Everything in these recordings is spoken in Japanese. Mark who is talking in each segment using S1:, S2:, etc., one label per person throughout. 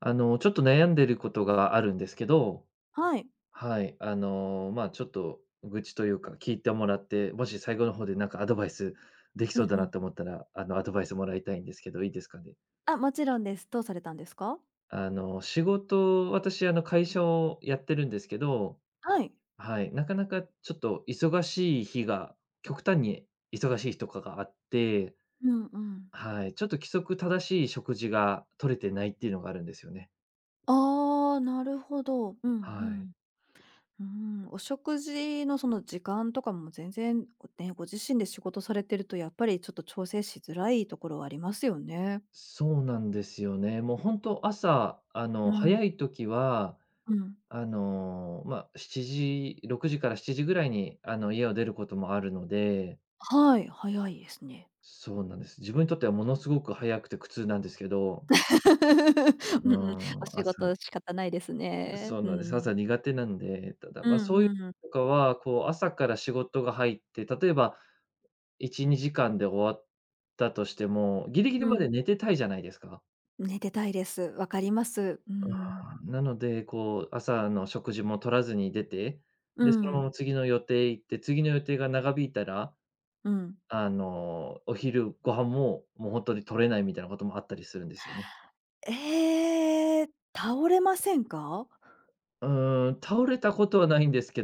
S1: ちょっと悩んでることがあるんですけど、
S2: はい。
S1: はい、ちょっと愚痴というか、聞いてもらって、もし最後の方でなんかアドバイスでき
S2: う
S1: そう
S2: ん
S1: だ
S2: う
S1: な
S2: ん。
S1: と思ったら、アドバイスもらいたいんですけど、いいですかね？
S2: あ、もちろんです。どうされたんですか？
S1: あの、仕事、私、会社をやってるんですけど、
S2: はい。
S1: はい、なかなかちょっと忙しい日が、極端に忙しい日とかがあって、
S2: うんうん。
S1: はい、ちょっと規則正しい食事が取れてないっていうのがあるんですよね。
S2: ああ、なるほど。うん
S1: はい。
S2: うん。うん、お食事のその時間とかも全然、ね、ご自身で仕事されてるとやっぱりちょっと調整しづらいところはありますよね。
S1: そうなんですよね。もう本当朝、
S2: うん。
S1: 早い時は、
S2: うん。
S1: 7時、6時から7時ぐらいに、家を出ることもあるので、
S2: はい、早いですね。
S1: そうなんです。自分にとってはものすごく早くて苦痛なんですけど、
S2: う
S1: う
S2: んうん、
S1: ん、
S2: お仕
S1: 朝
S2: 事仕方ないですね。
S1: そう
S2: う
S1: なんです。
S2: ん。
S1: 朝苦手なんで、ただ、
S2: う
S1: まあ、そういう
S2: んうん。
S1: 時とかは、こう、朝から仕事が入って、例えば1、2時間で終わったとしても、ギリギリ
S2: う
S1: ま
S2: ん。
S1: で寝てたいじゃないですか。
S2: 寝てたいです。わかります。う
S1: あ
S2: ん。
S1: あ、なので、こう、朝の食事も取らずに出て、
S2: う
S1: で、そのま
S2: ん、
S1: ま次の予定行って、次の予定が長引いたら、
S2: うん。
S1: お昼ご飯も、もうほんとに取れないみたいなこともあったりするんですよね。
S2: ええ、倒れませんか？
S1: うーん、倒れたことはないんですけ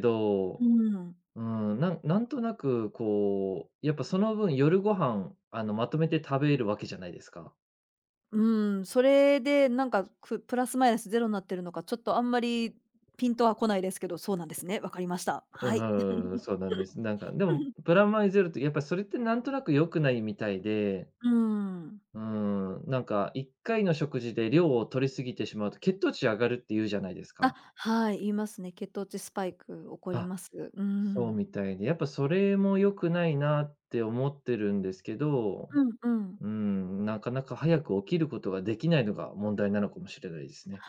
S2: う
S1: ど、
S2: ん。
S1: なんとなくこう、やっぱその分夜ご飯、まとめて食べるわけじゃないですか。
S2: うん、それでなんか、くプラスマイナスゼロになってるのか、ちょっとあんまりピンとは来ないですけど、そうなんですね。わかりました。
S1: う
S2: はい。
S1: ーん、そうなんです。なんか、でも プラマイゼロってやっぱそれってなんとなく良くないみたいで、
S2: うん。
S1: うーん、なんか1回の食事で量を取りすぎてしまうと血糖値上がるって言うじゃないです
S2: あ、
S1: か。
S2: はい、言いますね。血糖値スパイク起こり
S1: あ、
S2: ます。う
S1: そう
S2: ん。
S1: みたいで、やっぱそれも良くないなって思ってるんですけど、
S2: うんうん。
S1: うーん、なかなか早く起きることができないのが問題なのかもしれないですね。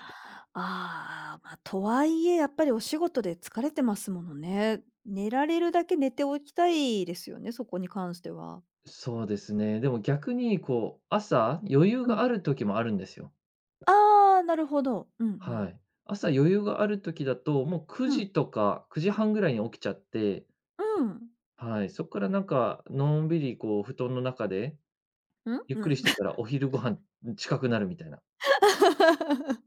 S2: ああ、まあ、とはいえやっぱりお仕事で疲れてますものね。寝られるだけ寝ておきたいですよね、そこに関しては。
S1: そうですね。でも逆にこう、朝余裕
S2: うん。
S1: がある時もあるんですよ。
S2: ああ、なるほど。うんう
S1: は
S2: ん。
S1: い。朝余裕がある時だと、もう9時とか9時半ぐらいに起きちゃって、
S2: うん。
S1: はい、そこからなんかのんびりこう布団の中で
S2: うん？
S1: ゆっ
S2: う
S1: く
S2: ん。
S1: りしてたらお昼ご飯近くなるみたいな。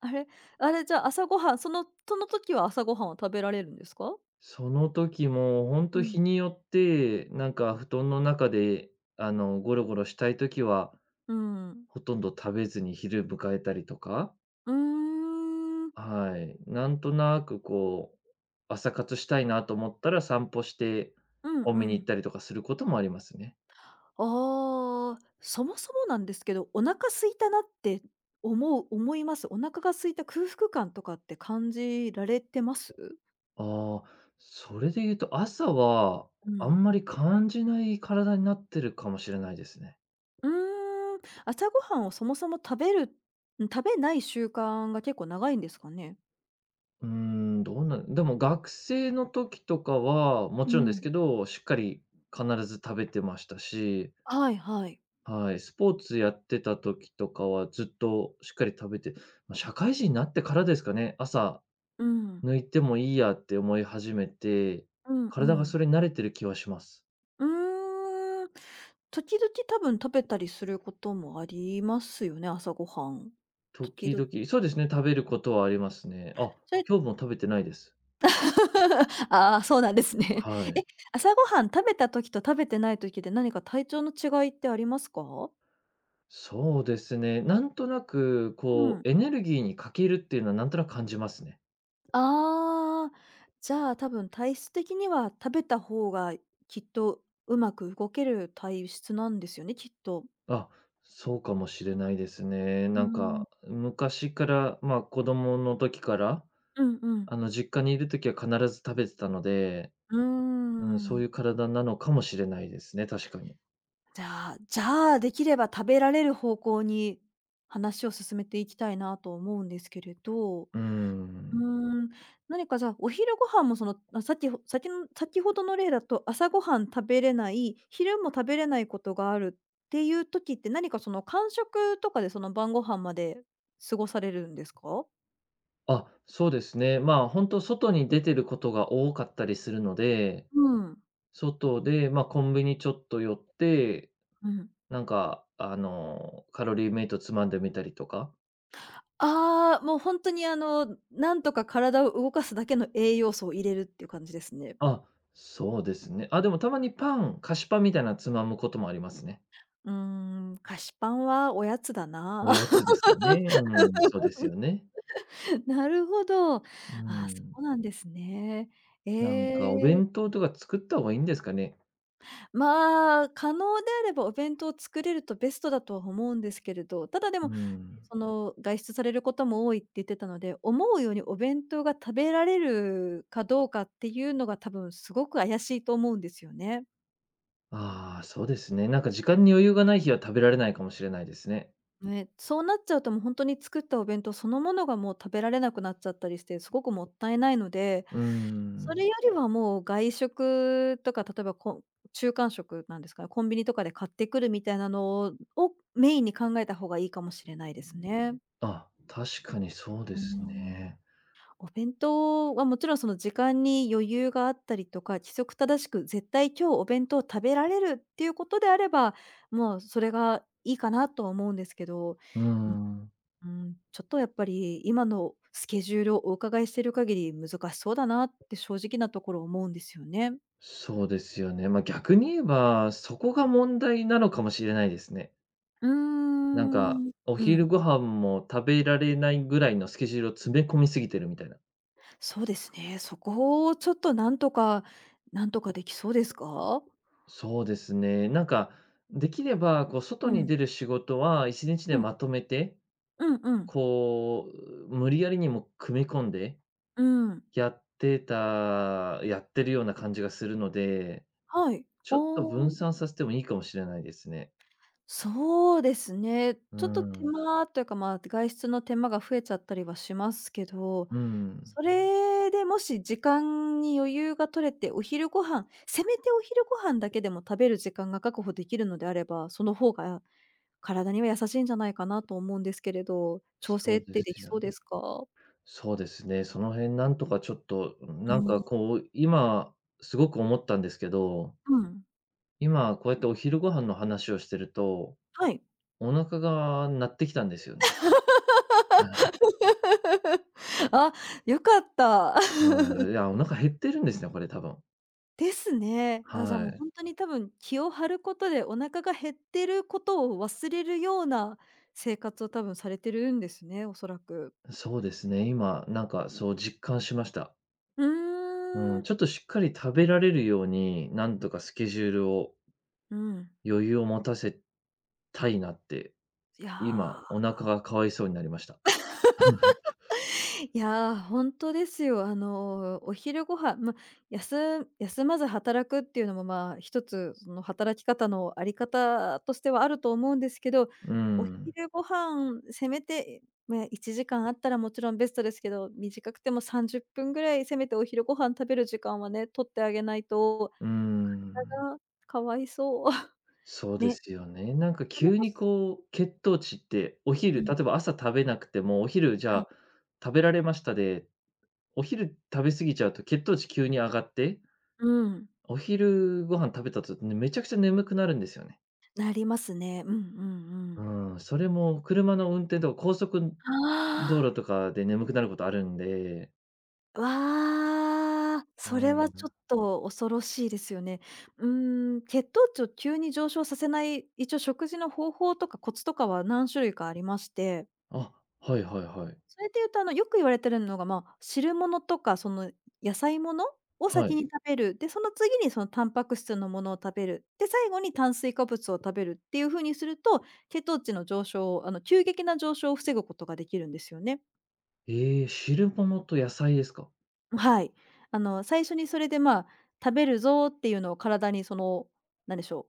S2: あれあれ、じゃあ、朝ごはん、その時は朝ごはんを食べられるんですか？
S1: その時もほん
S2: う
S1: と
S2: ん。
S1: 日によって、なんか布団の中で、ゴロゴロしたい時は、
S2: うん。
S1: ほとんど食べずに昼迎えたりとか、
S2: うーん。
S1: はい。なんとなくこう、朝活したいなと思ったら散歩して、
S2: うん
S1: コン
S2: う
S1: ビニ
S2: ん。
S1: 行ったりとかすることもありますね。
S2: ああ、そもそもなんですけど、お腹空いたなって思います？お腹が空いた空腹感とかって感じられてます？
S1: ああ、それで言うと朝は、
S2: う
S1: あ
S2: ん。
S1: んまり感じない体になってるかもしれないですね。
S2: うーん、朝ごはんをそもそも食べるん、食べない習慣が結構長いんですかね？
S1: うーん、どうなん、でも学生の時とかは、も
S2: う
S1: ちろんです
S2: ん。
S1: けど、しっかり必ず食べてましたし、
S2: はいはい。
S1: はい、スポーツやってた時とかはずっとしっかり食べて、ま、社会人になってからですかね、朝
S2: うん。
S1: 抜いてもいいやって思い始めて、
S2: うんう
S1: 体が
S2: ん。
S1: それに慣れてる気はします。
S2: うーん。時々多分食べたりすることもありますよね、朝ごはん。時
S1: 時
S2: 々。
S1: 々、そうですね、食べることはありますね。あ、
S2: それ
S1: 今日も食べてないです。
S2: ああ、そうなんですね。
S1: は
S2: え、
S1: い。
S2: 朝ごはん食べた時と食べてない時で何か体調の違いってありますか？
S1: そうですね、なんとなく
S2: う
S1: こ
S2: ん。
S1: うエネルギーに欠けるっていうのはなんとなく感じますね。
S2: ああ、じゃあ、多分体質的には食べた方がきっとうまく動ける体質なんですよね、きっと。
S1: あ、そうかもしれないですね。
S2: う
S1: なん
S2: ん。
S1: か、昔から、まあ、子供の時から、
S2: うんうん。
S1: 実家にいる時は必ず食べてたので、
S2: うー
S1: うん、そ
S2: ん。
S1: ういう体なのかもしれないですね、確かに。
S2: じゃじゃあ、できれば食べられる方向に話を進めていきたいなと思うんですけれど、う
S1: うー
S2: ー
S1: ん。
S2: ん、何かじゃあ、お昼ご飯もその、あ、さっきほさ先ほどの例だと、朝ごはん食べれない、昼も食べれないことがあるっていう時って、何かその間食とかでその晩ご飯まで過ごされるんですか？
S1: あ、そうですね。まあ、本当外に出てることが多かったりするので、
S2: うん、
S1: 外で、まあ、コンビニちょっと寄って、
S2: うん。
S1: なんか、カロリーメイトつまんでみたりとか。
S2: ああ、もう本当にあの、なんとか体を動かすだけの栄養素を入れるっていう感じですね。
S1: あ、そうですね。あ、でもたまにパン菓子パンみたいなのつまむこともありますね。
S2: うーん、菓子パンはおやつだな。
S1: おやつですかね。うん、そうですよね。
S2: なるほど。あ、
S1: う
S2: そ
S1: ん。
S2: うなんですね。え
S1: なんかお
S2: え、
S1: 弁当とか作った方がいいんですかね？
S2: まあ、可能であればお弁当を作れるとベストだとは思うんですけれど、ただで
S1: う
S2: も、
S1: ん。
S2: その、外出されることも多いって言ってたので、思うようにお弁当が食べられるかどうかっていうのが多分すごく怪しいと思うんですよね。
S1: ああ、そうですね。なんか時
S2: うん、
S1: 間に余裕がない日は食べられないかもしれないですね。
S2: ね、そうなっちゃうともうほに作ったお弁当そのものがもう食べられなくなっちゃったりして、すごくもったいないので
S1: う
S2: そ
S1: ん。
S2: れよりはもう外食とか、例えばこ中間食なんですかね、コンビニとかで買ってくるみたいなのをメインに考えた方がいいかもしれないですね。
S1: あ、確かにそうで
S2: うー
S1: す
S2: ん。
S1: ね。
S2: お弁当はもちろんその時間に余裕があったりとか、規則正しく絶対今日お弁当を食べられるっていうことであれば、もうそれがいいかなとは思うんですけど、
S1: うん。
S2: うん、ちょっとやっぱり今のスケジュールをお伺いしている限り難しそうだなって正直なところ思うんですよね。
S1: そうですよね。ま、逆に言えば、そこが問題なのかもしれないですね。
S2: うー
S1: なんか、
S2: ん、
S1: お
S2: うん、
S1: 昼ご飯も食べられないぐらいのスケジュールを詰め込みすぎてるみたいな。
S2: そうですね。そこをちょっとなんとかできそうですか？
S1: そうですね。なんか、できれば、こう、
S2: う
S1: 外に
S2: ん、
S1: 出る仕事は1日で
S2: うん、
S1: まとめて、
S2: うんうん、
S1: こう、無理やりにも組み込んで
S2: うん。
S1: やってるような感じがするので、
S2: はい。
S1: ちょっと
S2: おお、
S1: 分散させてもいいかもしれないですね。
S2: そうですね。
S1: う
S2: ちょっと手
S1: ん。
S2: 間というか、まあ、外出の手間が増えちゃったりはしますけど、
S1: うん。
S2: それでもし時間に余裕が取れて、お昼ご飯だけでも食べる時間が確保できるのであれば、その方が体には優しいんじゃないかなと思うんですけれど、調
S1: そ
S2: 整っ
S1: うで
S2: てでき
S1: すよ
S2: そう
S1: ね。
S2: ですか？
S1: そうですね。その辺なんとかちょっと、
S2: う
S1: なん
S2: ん。
S1: かこう、今すごく思ったんですけど、
S2: うん。
S1: 今こうやってお昼ご飯の話をしてると、
S2: はい。
S1: お腹が鳴ってきたんですよね。
S2: あ、良かった。
S1: はい。いや、お腹減ってるんですね、これ多分。
S2: ですね。あ、じゃあ、
S1: は
S2: もう
S1: い。
S2: 本当に多分気を張ることでお腹が減ってることを忘れるような生活を多分されてるんですね、おそらく。
S1: そうですね、今なんかそう実感しました。
S2: う
S1: う
S2: ー
S1: ん、
S2: ん。
S1: ちょっとしっかり食べられるように、なんとかスケジュールを
S2: うん。
S1: 余裕を持たせたいなって、
S2: いや
S1: 今お
S2: ー
S1: 腹がかわいそうになりました。
S2: いや、本当ですよ。あの、お昼ご飯、ま、休まず働くっていうのも、まあ、一つその働き方のあり方としてはあると思うんですけど、
S1: う
S2: お
S1: ん。
S2: 昼ご飯せめて、まあ、1時間あったらもちろんベストですけど、短くても30分ぐらいせめてお昼ご飯食べる時間はね、取ってあげないと、
S1: うー
S2: 体
S1: ん。
S2: がかわいそう。
S1: そうで
S2: ね、
S1: すよね。なんか
S2: それ
S1: 急
S2: こ
S1: に
S2: そ
S1: こう血糖値ってお
S2: う
S1: 昼、
S2: ん、
S1: 例えば朝食べなくても、お昼じ
S2: は
S1: ゃ
S2: い、
S1: あ食べられましたで、お昼食べ過ぎちゃうと血糖値急に上がって、
S2: うん、
S1: お昼ご飯食べた後ね、めちゃくちゃ眠くなるんですよね。
S2: なりますね。うんうんう
S1: う
S2: ん。
S1: ん、それも車の運転とか高速道
S2: あ
S1: 路
S2: あ。
S1: とかで眠くなることあるんで。
S2: わあ、
S1: う
S2: それはちょ
S1: ん。
S2: っと恐ろしいですよね。うーん、血糖値を急に上昇させない、一応食事の方法とかコツとかは何種類かありまして、
S1: あ、はいはいはい。
S2: それで言うと、あの、よく言われてるのが、まあ、汁物とか、その、野菜ものを
S1: は
S2: 先
S1: い。
S2: に食べる。で、その次にそのタンパク質のものを食べる。で、最後に炭水化物を食べるっていう風にすると、血糖値の上昇を、あの、急激な上昇を防ぐことができるんですよね。
S1: ええ、汁物と野菜ですか。
S2: はい。あの、最初にそれで、まあ、食べるぞっていうのを体にその、なんでしょ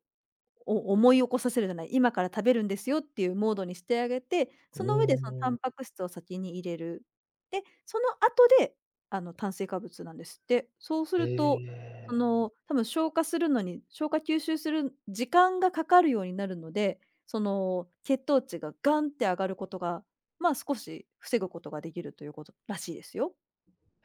S2: う、お思い起こさせるじゃない、今から食べるんですよっていうモードにしてあげて、
S1: お
S2: その上でそのタン
S1: お、
S2: パク質を先に入れる。で、その後で、あの、炭水化物なんですって。そうす
S1: へ
S2: ると、そ
S1: え。
S2: の、多分消化するのに消化吸収する時間がかかるようになるので、その、血糖値がガンって上がることが、まあ、少し防ぐことができるということらしいですよ。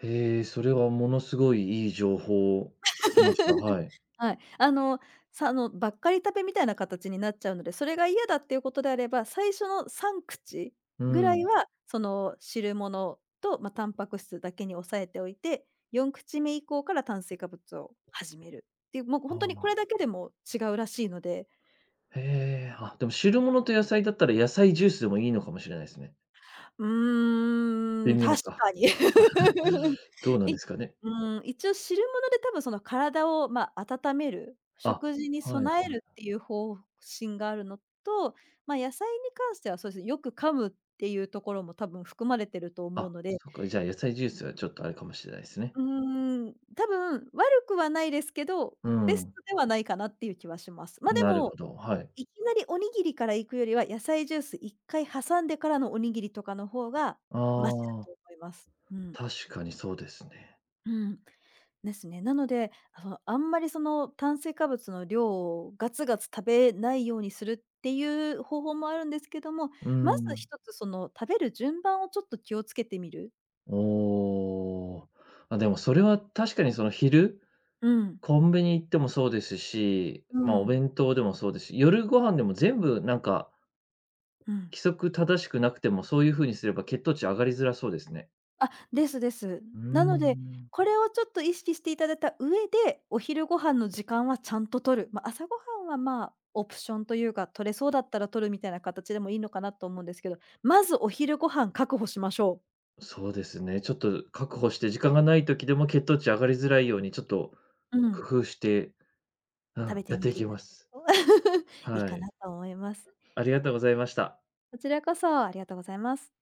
S1: へえ、それはものすごいいい情報を聞きました。はい。
S2: はい。あの、ばっかり食べみたいな形になっちゃうので、それが嫌だっていうことであれば、最初の3口
S1: う
S2: ぐらい
S1: ん。
S2: は、その、汁物と、まあ、タンパク質だけに抑えておいて、4口目以降から炭水化物を始めるっていう、もう本当
S1: あ
S2: にこ
S1: あ、
S2: れだけでも違うらしいので。
S1: へえ、あ、でも汁物と野菜だったら野菜ジュースでもいいのかもしれないですね。
S2: うー
S1: 微
S2: ん、
S1: 妙
S2: 確
S1: か。
S2: かに。
S1: どうなん
S2: い
S1: ですかね。
S2: うん、一応汁物で多分その体を、まあ、温める、
S1: あ、
S2: 食事に
S1: はい
S2: 備え
S1: は
S2: る
S1: い。
S2: っていう方針があるのと、まあ、野菜に関してはそうですね、よく噛むっていうところも多分含まれてると思う
S1: あ、
S2: ので、
S1: そっか、じゃあ、野菜ジュースはちょっとあれかもしれないですね。
S2: うーん、多分悪くはないですけど、
S1: う
S2: ベス
S1: ん、
S2: トではないかなっていう気はします。ま、あで
S1: なる
S2: も
S1: ほど、はい。
S2: いきなりおにぎりから行くよりは、野菜ジュース1回挟んでからのおにぎりとかの方が
S1: あ
S2: マシだ
S1: あ、
S2: と思います。うん。
S1: 確かにそうですね。
S2: うん。ですね。なので、あの、あんまりその炭水化物の量をガツガツ食べないようにするっていう方法もあるんですけども、
S1: う
S2: まず
S1: ん、
S2: 1つその食べる順番をちょっと気をつけてみる。
S1: おお。あ、でもそれは確かにその昼、
S2: うん。
S1: コンビニ行ってもそうですし、
S2: う
S1: まあ、お
S2: ん。
S1: 弁当でもそうですし、夜ご飯でも全部なんか、
S2: うん。
S1: 規則正しくなくても、そういう風にすれば血糖値上がりづらそうですね。
S2: あ、ですです。
S1: うー
S2: なので、
S1: ん。
S2: これをちょっと意識していただいた上で、お昼ご飯の時間はちゃんと取る。まあ、朝ごはんは、まあ、オプションというか、取れそうだったら取るみたいな形でもいいのかなと思うんですけど、まずお昼ご飯確保しましょう。
S1: そうですね、ちょっと確保して時間がない時でも血糖値上がりづらいように、ちょっと
S2: うん、
S1: 工夫してう
S2: 食
S1: ん、
S2: べ
S1: や
S2: て
S1: っ
S2: み
S1: てい
S2: てい
S1: き
S2: た
S1: ま
S2: だける
S1: す。
S2: と いい
S1: は
S2: かな
S1: い。
S2: と思います。
S1: あり
S2: い
S1: が
S2: や、
S1: とうございました。
S2: こちらこそありがとうございます。